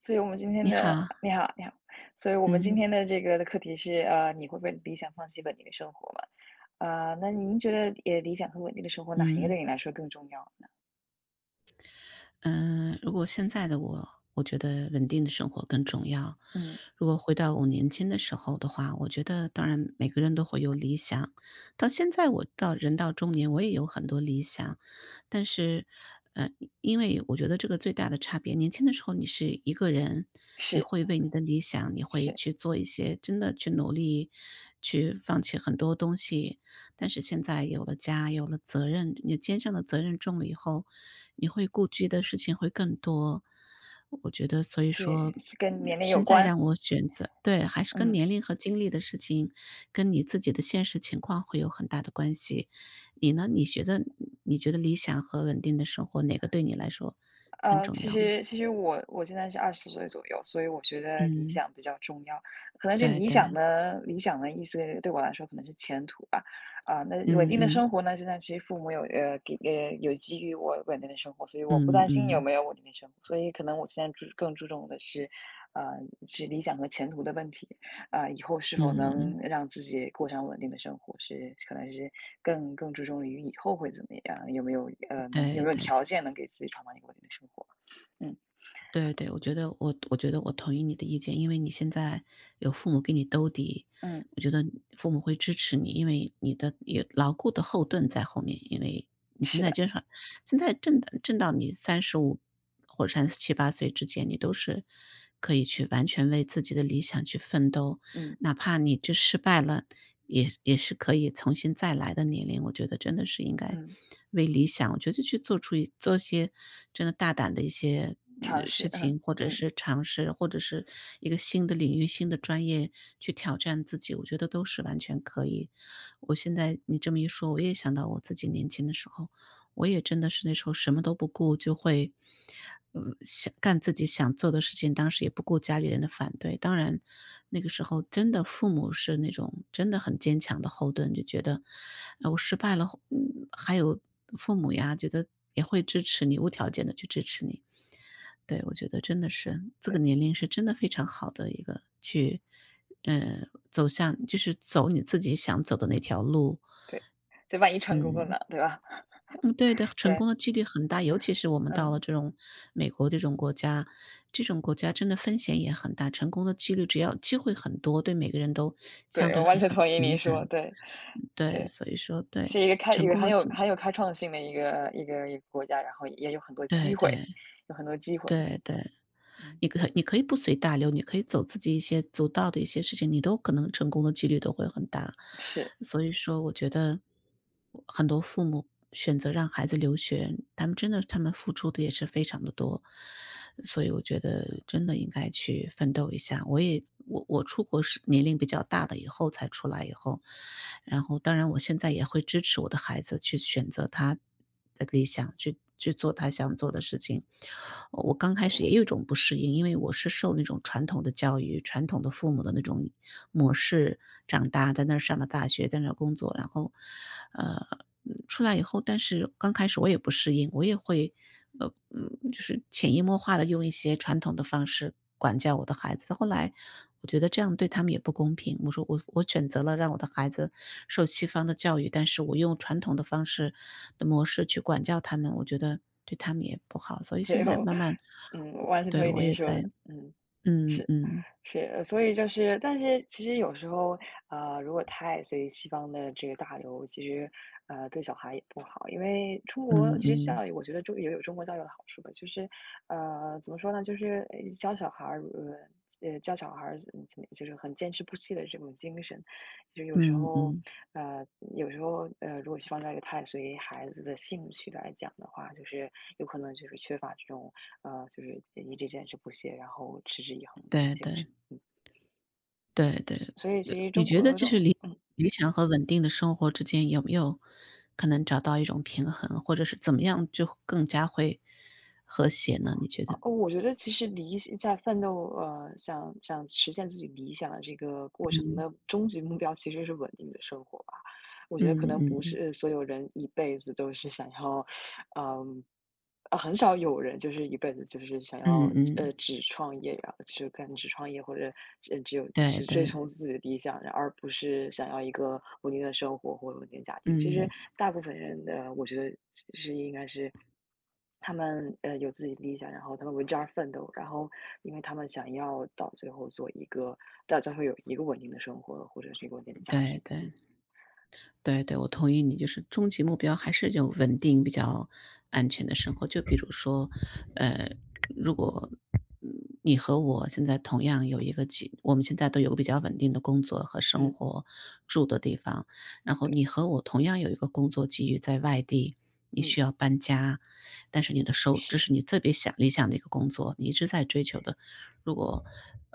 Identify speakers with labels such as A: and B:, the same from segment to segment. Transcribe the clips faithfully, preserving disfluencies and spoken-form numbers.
A: 所以我们今天
B: 你好。
A: 的你好，你好。所以我们今
B: 嗯
A: 天的这个的课题是，呃，你会为理想放弃稳定的生活吗？啊，那您觉得，呃，理想和稳定的生活哪一个
B: 嗯
A: 对你来说更重要呢？
B: 嗯，呃如果现在的我，我觉得稳定的生活更重要。
A: 嗯，
B: 如果回到我年轻的时候的话，我觉得当然每个人都会有理想。到现在我到人到中年，我也有很多理想，但是呃，因为我觉得这个最大的差别，年轻的时候你是一个人，你
A: 是，
B: 会为你的理想，你会
A: 是，
B: 去做一些真的去努力，去放弃很多东西。但是现在有了家，有了责任，你肩上的责任重了以后，你会顾及的事情会更多。我觉得，所以
A: 所
B: 说，
A: 以是跟
B: 嗯
A: 年龄有
B: 现在
A: 关，
B: 让我选择，对，还是跟
A: 嗯。
B: 年龄和经历的事情，跟你自己的现实情况会有很大的关系。你呢？你觉得你觉得理想和稳定的生活，哪个对你来说更
A: 呃，
B: 重
A: 其
B: 要呢？
A: 实其实我我现在是二十岁左右，所以我觉得理
B: 嗯，
A: 想比较重要。可能这
B: 对
A: 理想
B: 对。
A: 呢理想的意思对我来说可能是前途吧。啊，那稳
B: 嗯
A: 定的
B: 嗯
A: 生活呢，现在其实父母有呃，给呃，有给予我稳定的生活，所以我不
B: 嗯
A: 担心有
B: 嗯
A: 没有稳定的生活，所以可能我现在注更注重的是，呃，是理想和前途的问题。啊，以后是否
B: 嗯嗯，
A: 能让自己过上稳定的生活，是可能是更更注重于以后会怎么样，有没有呃能有
B: 对
A: 没有条
B: 对。
A: 件能给自己创造一个稳定的生活？嗯
B: 对对，我觉得我我觉得我同意你的意见。因为你现在有父母给你兜底，
A: 嗯，
B: 我觉得父母会支持你，因为你的有牢固的后盾在后面。因为你现
A: 是
B: 在
A: 的，
B: 就是现在挣的挣到你三十五或者三十七八岁之间，你都是可以去完全为自己的理想去奋斗。
A: 嗯
B: 哪怕你就失败了，也也是可以重新再来的年龄，我觉得真的是应该
A: 嗯，
B: 为理想，我觉得去做出一做一些真的大胆的一些
A: 尝
B: 嗯
A: 试，
B: 事
A: 嗯
B: 情，或者
A: 嗯，
B: 是尝试，或者是一个新的领域、新的专业去挑战自己，我觉得都是完全可以。我现在你这么一说，我也想到我自己年轻的时候，我也真的是那时候什么都不顾，就会，呃，想干自己想做的事情，当时也不顾家里人的反对。当然，那个时候真的父母是那种真的很坚强的后盾，就觉得，呃，我失败了，嗯，还有父母呀，觉得也会支持你，无条件的去支持你。对，我觉得真的是这个
A: 对
B: 年龄是真的非常好的一个去，呃，走向就是走你自己想走的那条路。
A: 对，这万一成功了
B: 嗯。
A: 呢，对吧？
B: 嗯，对的。成
A: 对，
B: 功的几率很大，尤其是我们到了
A: 嗯，
B: 这种美国这种国家，这种国家真的风险也很大，成功的几率只要机会很多，对每个人都相
A: 对，
B: 对
A: 我完
B: 会
A: 全
B: 很
A: 同意你
B: 平
A: 说，
B: 等。
A: 对
B: 对，
A: 对，
B: 所以说
A: 是
B: 对。
A: 一个开一
B: 成
A: 个
B: 功
A: 很
B: 的
A: 有
B: 几
A: 很有开创性的一个一个一个国家，然后也有很多
B: 对
A: 机会，
B: 对，
A: 有很多机会，
B: 对对。
A: 嗯，
B: 你可你可以不随大流，你可以走自己一些足道的一些事情，你都可能成功的几率都会很大。
A: 是。
B: 所以说，我觉得很多父母选择让孩子留学，他们真的他们付出的也是非常的多，所以我觉得真的应该去奋斗一下。我也我我出国是年龄比较大的以后才出来以后，然后当然我现在也会支持我的孩子去选择他。他理想去去做他想做的事情。我刚开始也有一种不适应，因为我是受那种传统的教育、传统的父母的那种模式长大，在那儿上的大学，在那儿工作。然后，呃，嗯出来以后，但是刚开始我也不适应，我也会，呃，嗯，就是潜移默化的用一些传统的方式管教我的孩子。后来我觉得这样对他们也不公平，我说我我选择了让我的孩子受西方的教育，但是我用传统的方式的模式去管教他们，我觉得对他们也不好。所以
A: 没
B: 现在
A: 有，
B: 慢慢，
A: 嗯，
B: 我
A: 完全
B: 对，
A: 同意
B: 我
A: 您
B: 也
A: 说
B: 在。
A: 的，嗯，
B: 嗯
A: 是。
B: 嗯，
A: 是，呃所以就是，但是其实有时候，呃，如果太随西方的这个大流，其实，呃，对小孩也不好。因为中国
B: 嗯嗯，嗯
A: 其实
B: 嗯。
A: 教育，我觉得中也有中国教育的好处吧，就是，呃，怎么说呢，就是呃教小孩儿，呃，呃，教小孩儿嗯怎么怎么，就是很坚持不懈的这种精神。就是有时候，
B: 嗯。
A: 呃，有时候，呃，如果西方教育太随孩子的兴趣来讲的话，就是有可能就是缺乏这种，呃，就是一直坚持不懈，然后持之以恒的这种
B: 对
A: 精
B: 对
A: 神。
B: 对对，
A: 所所以
B: 呃，
A: 其实
B: 你
A: 中
B: 觉得
A: 国
B: 就是
A: 中
B: 理
A: 嗯，
B: 理想和稳定的生活之间有没有可能找到一种平衡，或者是怎么样就更加会和谐呢？你觉得？
A: 哦，我觉得其实理想在奋斗，呃，想想实现自己理想的这个过程
B: 嗯
A: 的终极目标其实是稳定的生活吧。我觉得可
B: 嗯
A: 能
B: 嗯
A: 不
B: 嗯
A: 是所有人一辈子都是想要嗯，啊，很少有人就是一辈子就是想要
B: 嗯
A: 呃
B: 嗯，
A: 只创业呀，就是干只创业或者只只有
B: 对
A: 只追
B: 对。
A: 从自己的理想，而不是想要一个稳定的生活或者稳定的家庭。其实
B: 嗯
A: 大部分人的，我觉得是应该是他们呃有自己的理想，然后他们为之而奋斗，然后因为他们想要到最后做一个到最后有一个稳定的生活或者是一个稳定的家
B: 对
A: 庭。嗯
B: 对。对对，我同意你，就是终极目标还是就稳定、比较安全的生活。就比如说，呃，如果嗯你和我现在同样有一个几，我们现在都有个比较稳定的工作和生
A: 嗯，
B: 活住的地方，然后
A: 对，
B: 你和我同样有一个工作机遇在外地，你
A: 嗯，
B: 需要搬家。但是你的收，
A: 是
B: 这
A: 的，
B: 是你特别想理想的一个工作，你一直在追求的。如果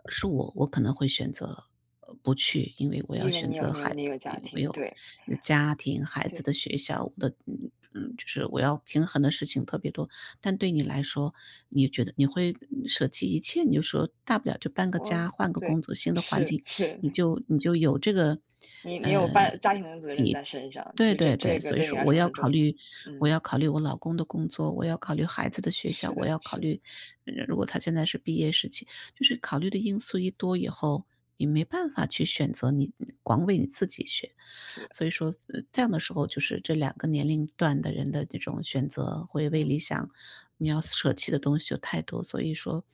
B: 是我，我可能会选择呃不去，因为我要
A: 因为
B: 选
A: 你有
B: 择
A: 你有
B: 孩，
A: 你有家庭，
B: 没有
A: 对
B: 呃家庭、孩子
A: 对。
B: 的学校，我的嗯嗯，就是我要平衡的事情特别多。但对你来说，你觉得你会舍弃一切，你就说大不了就搬个
A: 我
B: 家、换个
A: 对，
B: 工作、新的环
A: 是
B: 境。
A: 是，
B: 你就你就有这个
A: 你你有发
B: 呃
A: 家庭的责任在身上，其
B: 对
A: 实这
B: 对对。
A: 这个
B: 所以
A: 对你
B: 说
A: 来
B: 我
A: 说
B: 要
A: 很
B: 考
A: 重要。
B: 虑我
A: 嗯，
B: 要考虑我老公的工作，我要考虑孩子的学校，
A: 是
B: 我要
A: 的，
B: 考
A: 是的，
B: 虑呃如果他现在是毕业时期，就是考虑的因素一多以后，你没办法去选择你光为你自己选。
A: 是的，
B: 所以说，呃这样的时候就是这两个年龄段的人的这种选择会为理
A: 嗯
B: 想你要舍弃的东西有太多。所以说，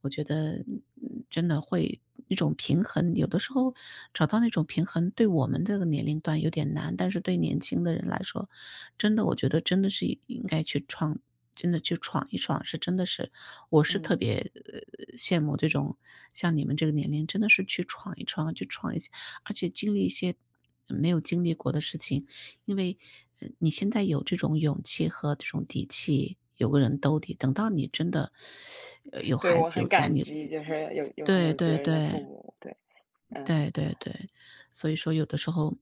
B: 我觉得嗯真的会一种平衡，有的时候找到那种平衡，对我们这个年龄段有点难。但是对年轻的人来说，真的我觉得真的是应该去创真的去闯一闯，是真的是，我是特
A: 嗯，
B: 别呃羡慕这种像你们这个年龄，真的是去闯一闯，去闯一些，而且经历一些没有经历过的事情。因为，呃，你现在有这种勇气和这种底气，有个人兜底，等到你真的，呃，有
A: 对，
B: 孩
A: 我
B: 子
A: 很
B: 有家，
A: 感
B: 你
A: 激，就是有有很
B: 对
A: 有
B: 对
A: 责任的父
B: 对
A: 母，对，嗯。
B: 对对对。所以说有的时候，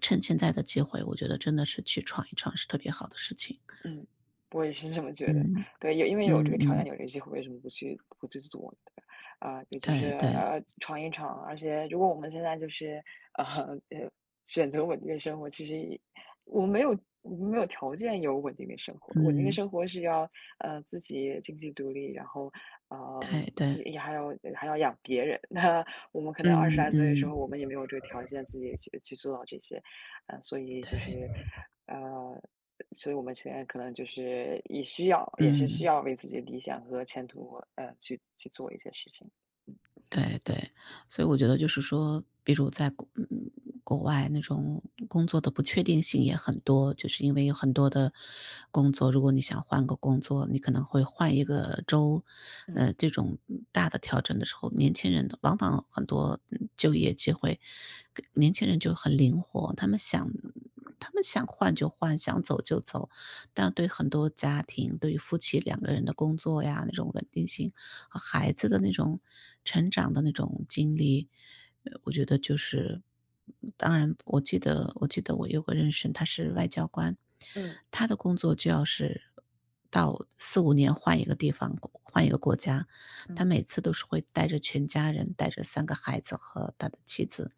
B: 趁现在的机会，我觉得真的是去闯一闯是特别好的事情。
A: 嗯，我也是这么觉得。
B: 嗯
A: 对，有因为有这
B: 嗯
A: 个条件
B: 嗯，
A: 有这个机会，为什么不去不去做？对吧啊、尤其是
B: 对对。
A: 呃闯一闯，而且如果我们现在就是呃呃选择稳定的生活，其实也我们没有我们没有条件有稳定的生活，稳定的
B: 嗯，
A: 生活是要呃自己经济独立，然后呃
B: 对
A: 自
B: 对。
A: 己还要还要养别人。那我们可能二十
B: 嗯
A: 来岁的时
B: 嗯，
A: 候，我们也没有这个条件自己去去做到这些，呃，所以就
B: 对。
A: 是。呃，所以我们现在可能就是以需要，也是需
B: 嗯。
A: 要为自己的理想和前途，呃，去去做一些事情。
B: 对对，所以我觉得就是说，比如在国嗯，国外那种工作的不确定性也很多，就是因为有很多的工作，如果你想换个工作，你可能会换一个州。
A: 嗯，
B: 呃，这种嗯大的调整的时候，年轻人的往往很多嗯就业机会，跟年轻人就很灵活，他们想他们想换就换，想走就走。但对很多家庭，对于夫妻两个人的工作呀，那种稳定性。和孩子的那种成长的那种经历，呃，我觉得就是当然我记得我记得我有个认识，他是外交官，
A: 嗯
B: 他的工作就要是到四五年换一个地方，换一个国家。他
A: 嗯，
B: 每次都是会带着全家人，带着三个孩子和他的妻子。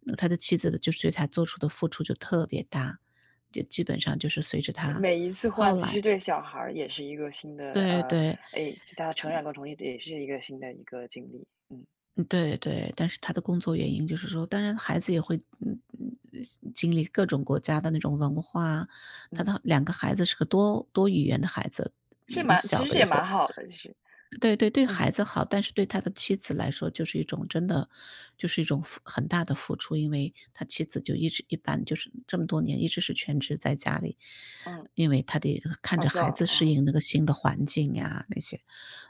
B: 那他的妻子呢，就是对他做出的付出就特别大，就基本上就是随着
A: 对，
B: 他
A: 每一次
B: 后
A: 换，其实
B: 来
A: 对小孩儿也是一个新的，
B: 对
A: 呃，
B: 对。
A: 哎，其他成长过程中也是一个新的一个经历。嗯
B: 嗯，对对，但是他的工作原因就是说，当然孩子也会，嗯嗯，经历各种国家的那种文化。他
A: 嗯，
B: 的两个孩子是个多多语言的孩子，
A: 是
B: 嗯
A: 蛮，其
B: 小
A: 实
B: 的
A: 这
B: 以
A: 也
B: 后
A: 蛮好的，就是
B: 对对。对
A: 嗯
B: 孩子好，但是对他的妻子来说就是一种真的就是一种付很大的付出。因为他妻子就一直一般就是这么多年一直是全职在家里，
A: 嗯，
B: 因为他得看
A: 好
B: 着
A: 笑
B: 孩子适
A: 啊。
B: 应那个新的环境呀，那些。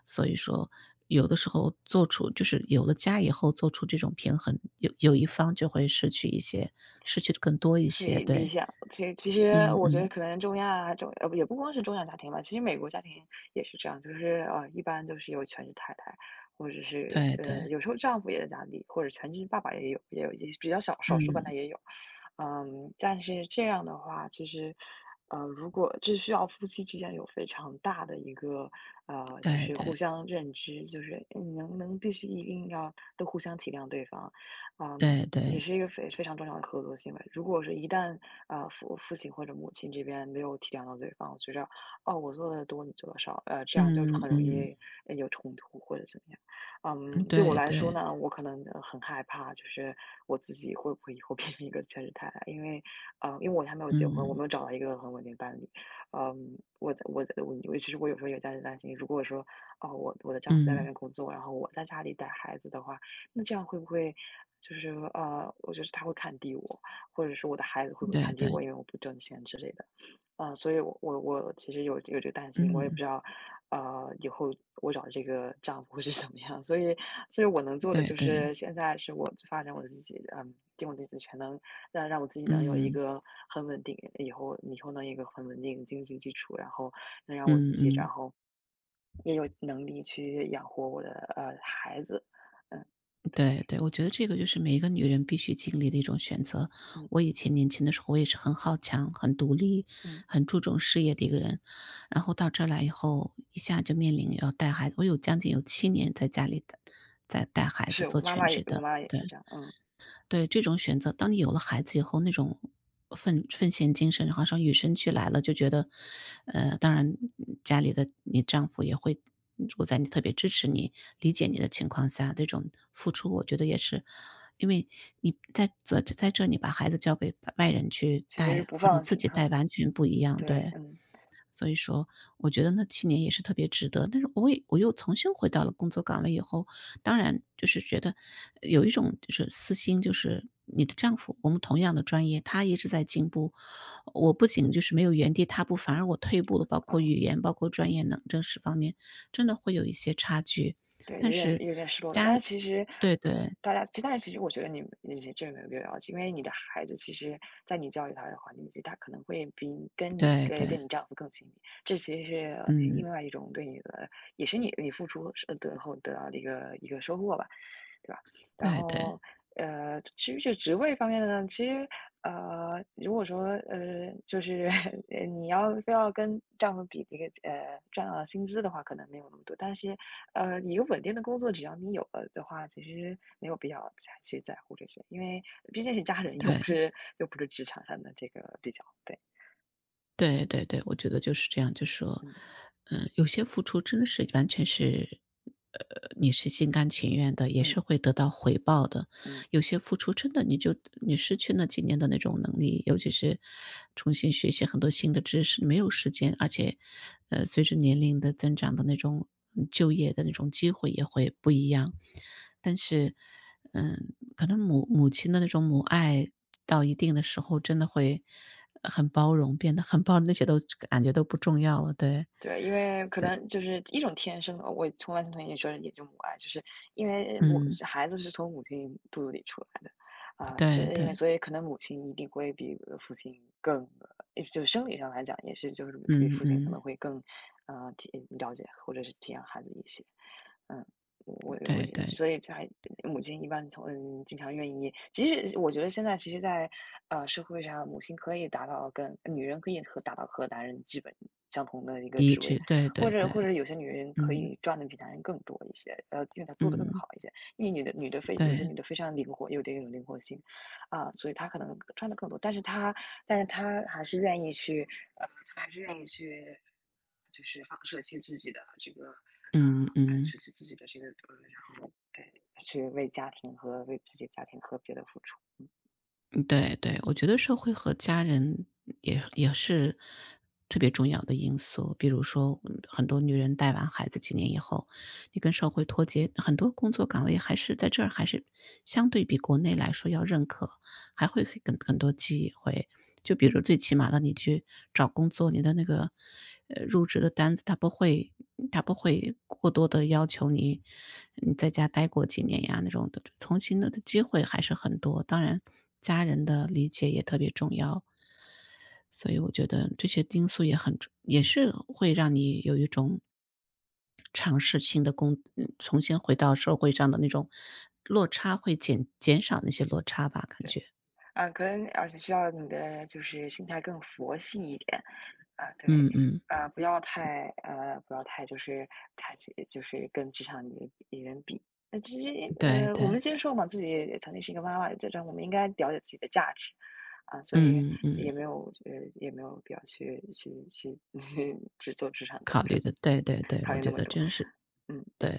B: 所以说，有的时候做出就是有了家以后做出这种平衡，有有一方就会失去一些，失去的更多一
A: 是
B: 些，
A: 理理
B: 对，
A: 想，其其实
B: 嗯
A: 我觉得
B: 嗯，
A: 可能中亚中呃不也不光是中亚家庭吧，其实美国家庭也是这样，就是呃一般都是有全职太太，或者是
B: 对
A: 呃
B: 对，
A: 有时候丈夫也在家里，或者全职爸爸也有也有也比较少少数吧，那
B: 嗯，
A: 也有，嗯，但是这样的话，其实呃如果这需要夫妻之间有非常大的一个呃就
B: 对
A: 是互
B: 对
A: 相认知，就是嗯能能必须一定要都互相体谅对方，嗯，
B: 对
A: 也
B: 对，
A: 是一个非非常重要的合作行为。如果是一旦啊、呃父父亲或者母亲这边没有体谅到对方，觉着哦我做的多你做的少，呃这样就是
B: 嗯
A: 很容
B: 嗯
A: 易呃有冲突或者怎么样。嗯，
B: 嗯，
A: 对我
B: 对
A: 来说
B: 对，
A: 呢，我可能呃很害怕，就是我自己会不会以后 变成一个全职太太？因为呃因为我还没有结婚，我
B: 嗯
A: 没有找到一个很稳定的伴侣。嗯，我在我在我我其实我有时候也在担心，如果说哦我我的丈夫在外
B: 嗯，
A: 面工作，然后我在家里带孩子的话。那这样会不会就是呃，我觉得他会看低我，或者是我的孩子会不会
B: 对
A: 看低
B: 对，
A: 我，因为我不挣钱之类的，啊、所以我我我其实有有这个担心，我也不
B: 嗯
A: 知道，呃，以后我找这个丈夫会是怎么样，所以所以我能做的
B: 对
A: 就
B: 对，
A: 是现在是我发展我自己，嗯，尽我自己的全能，让让我自己能有一
B: 嗯
A: 个很稳定，以后以后能有一个很稳定的经济基础，然后能让我
B: 嗯
A: 自己，然
B: 嗯。
A: 后也有能力去养活我的呃孩子，嗯
B: 对对，我觉得这个就是每一个女人必须经历的一种选择。
A: 嗯
B: 我以前年轻的时候，我也是很好强、很独立、
A: 嗯。
B: 很注重事业的一个人，然后到这儿来以后，一下就面临要带孩子，我有将近有七年在家里带在带孩子
A: 是，
B: 做
A: 我妈
B: 全
A: 妈也
B: 职
A: 我
B: 的，
A: 妈妈也
B: 对。
A: 是这样，嗯，
B: 对，这种选择，当你有了孩子以后，那种奉奉献精神好像与生俱来了，就觉得，呃，当然家里的你丈夫也会，如果在你特别支持你、理解你的情况下，这种付出，我觉得也是，因为你在在在这，你把孩子交给外人去
A: 其实是
B: 带，
A: 不
B: 和你
A: 放
B: 自
A: 心
B: 己
A: 很，
B: 带完全不一样，
A: 对，
B: 对。
A: 嗯，
B: 所以说，我觉得那七年也是特别值得。但是我也我又重新回到了工作岗位以后，当然就是觉得呃有一种就是私心，就是你的丈夫，我们同样的专业，他一直在进步，我不仅就是没有原地踏步，反而我退步了，包括
A: 嗯，
B: 语言、包括专业能这一方面，真的会有一些差距。
A: 对，有
B: 但
A: 点
B: 是
A: 有点失落感。
B: 家
A: 但
B: 里
A: 是其实，
B: 对
A: 对，
B: 对，
A: 大家其但是其实我觉得你们这这没有必要着急因为你的孩子其实在你教育他的环境下，他可能会比你跟你
B: 对
A: 跟
B: 对，
A: 跟你丈夫更亲密，这其实是呃
B: 嗯，
A: 另外一种对你的，也是你你付出是呃得后得到的一个一个收获吧。对吧？然
B: 对对，
A: 后，呃，至于这职位方面的呢，其实，呃，如果说，呃，就是 呃你要非要跟丈夫比这个，呃，赚到的薪资的话，可能没有那么多。但是，呃，一个稳定的工作，只要你有了的话，其实没有必要再去在乎这些，因为毕竟是家人，又不
B: 对。
A: 是又不是职场上的这个比较。对，
B: 对对对，我觉得就是这样，就说，
A: 嗯
B: 嗯，有些付出真的是完全是，呃，你是心甘情愿的，也是
A: 嗯
B: 会得到回报的。
A: 嗯。
B: 有些付出真的你就你失去那几年的那种能力，尤其是重新学习很多新的知识，没有时间，而且，呃，随着年龄的增长的那种嗯就业的那种机会也会不一样。但是嗯，可能母母亲的那种母爱到一定的时候，真的会呃很包容，变得很包容，那些都感觉都不重要了，对。
A: 对，因为可
B: 所以
A: 能就是一种天生的，我从完全同意你说的也就母爱，就是因为我
B: 嗯，
A: 孩子是从母亲肚子里出来的，啊、
B: 对
A: 是因为
B: 对，
A: 所以可能母亲一定会比呃父亲更，呃就是生理上来讲也是就是比
B: 嗯
A: 父亲可
B: 嗯，
A: 能会更，呃，体了解或者是体谅孩子一些，嗯、我我
B: 对对，
A: 所以才母亲一般从嗯，经常愿意即使我觉得现在其实在，呃，社会上，母亲可以达到跟女人可以和达到和男人基本相同的一个
B: 一
A: 职位，
B: 致，对
A: 或
B: 对
A: 者或
B: 对，
A: 者有些女人可
B: 嗯
A: 以赚的比男人更多一些，呃，因为她做的更
B: 嗯，
A: 好一些，因为女的女的非有些
B: 对，
A: 女的非常灵活，有的有灵活性，啊，所以她可能赚的更多，但是她但是她还是愿意去，还是愿意去就是放舍弃自己的这个啊，
B: 嗯
A: 呃，
B: 嗯。
A: 舍弃自己的这个呃，然后对。去为家庭和为自己家庭和别的付出，
B: 嗯对对，我觉得社会和家人也也是特别重要的因素。比如说，嗯很多女人带完孩子几年以后，你跟社会脱节，很多工作岗位还是在这儿还是相对比国内来说要认可。还会很很多机会。就比如最起码的你去找工作，你的那个，呃，入职的单子他不会他不会过多的要求你，你在家待过几年呀那种的，重新的的机会还是很多，当然家人的理解也特别重要。所以我觉得这些因素也很重也是会让你有一种尝试性的工嗯重新回到社会上的那种落差会减减少那些落差吧，感
A: 对。
B: 觉。
A: 啊，可能而且需要你的就是心态更佛系一点。啊，对，
B: 嗯嗯，
A: 啊，不要太呃，不要太就是太去就是跟职场女女人比。那其实
B: 对
A: 呃，我
B: 对，
A: 们接受嘛，自己也曾经是一个妈妈，这这我们应该了解自己的价值啊，所以
B: 嗯嗯，
A: 也
B: 嗯
A: 没有呃，也没有必要去去去 去只做职场斗
B: 考虑
A: 争，
B: 的，对
A: 嗯，
B: 对对，
A: 讨
B: 我
A: 厌那
B: 觉
A: 么
B: 得
A: 多，
B: 真是
A: 嗯。
B: 对。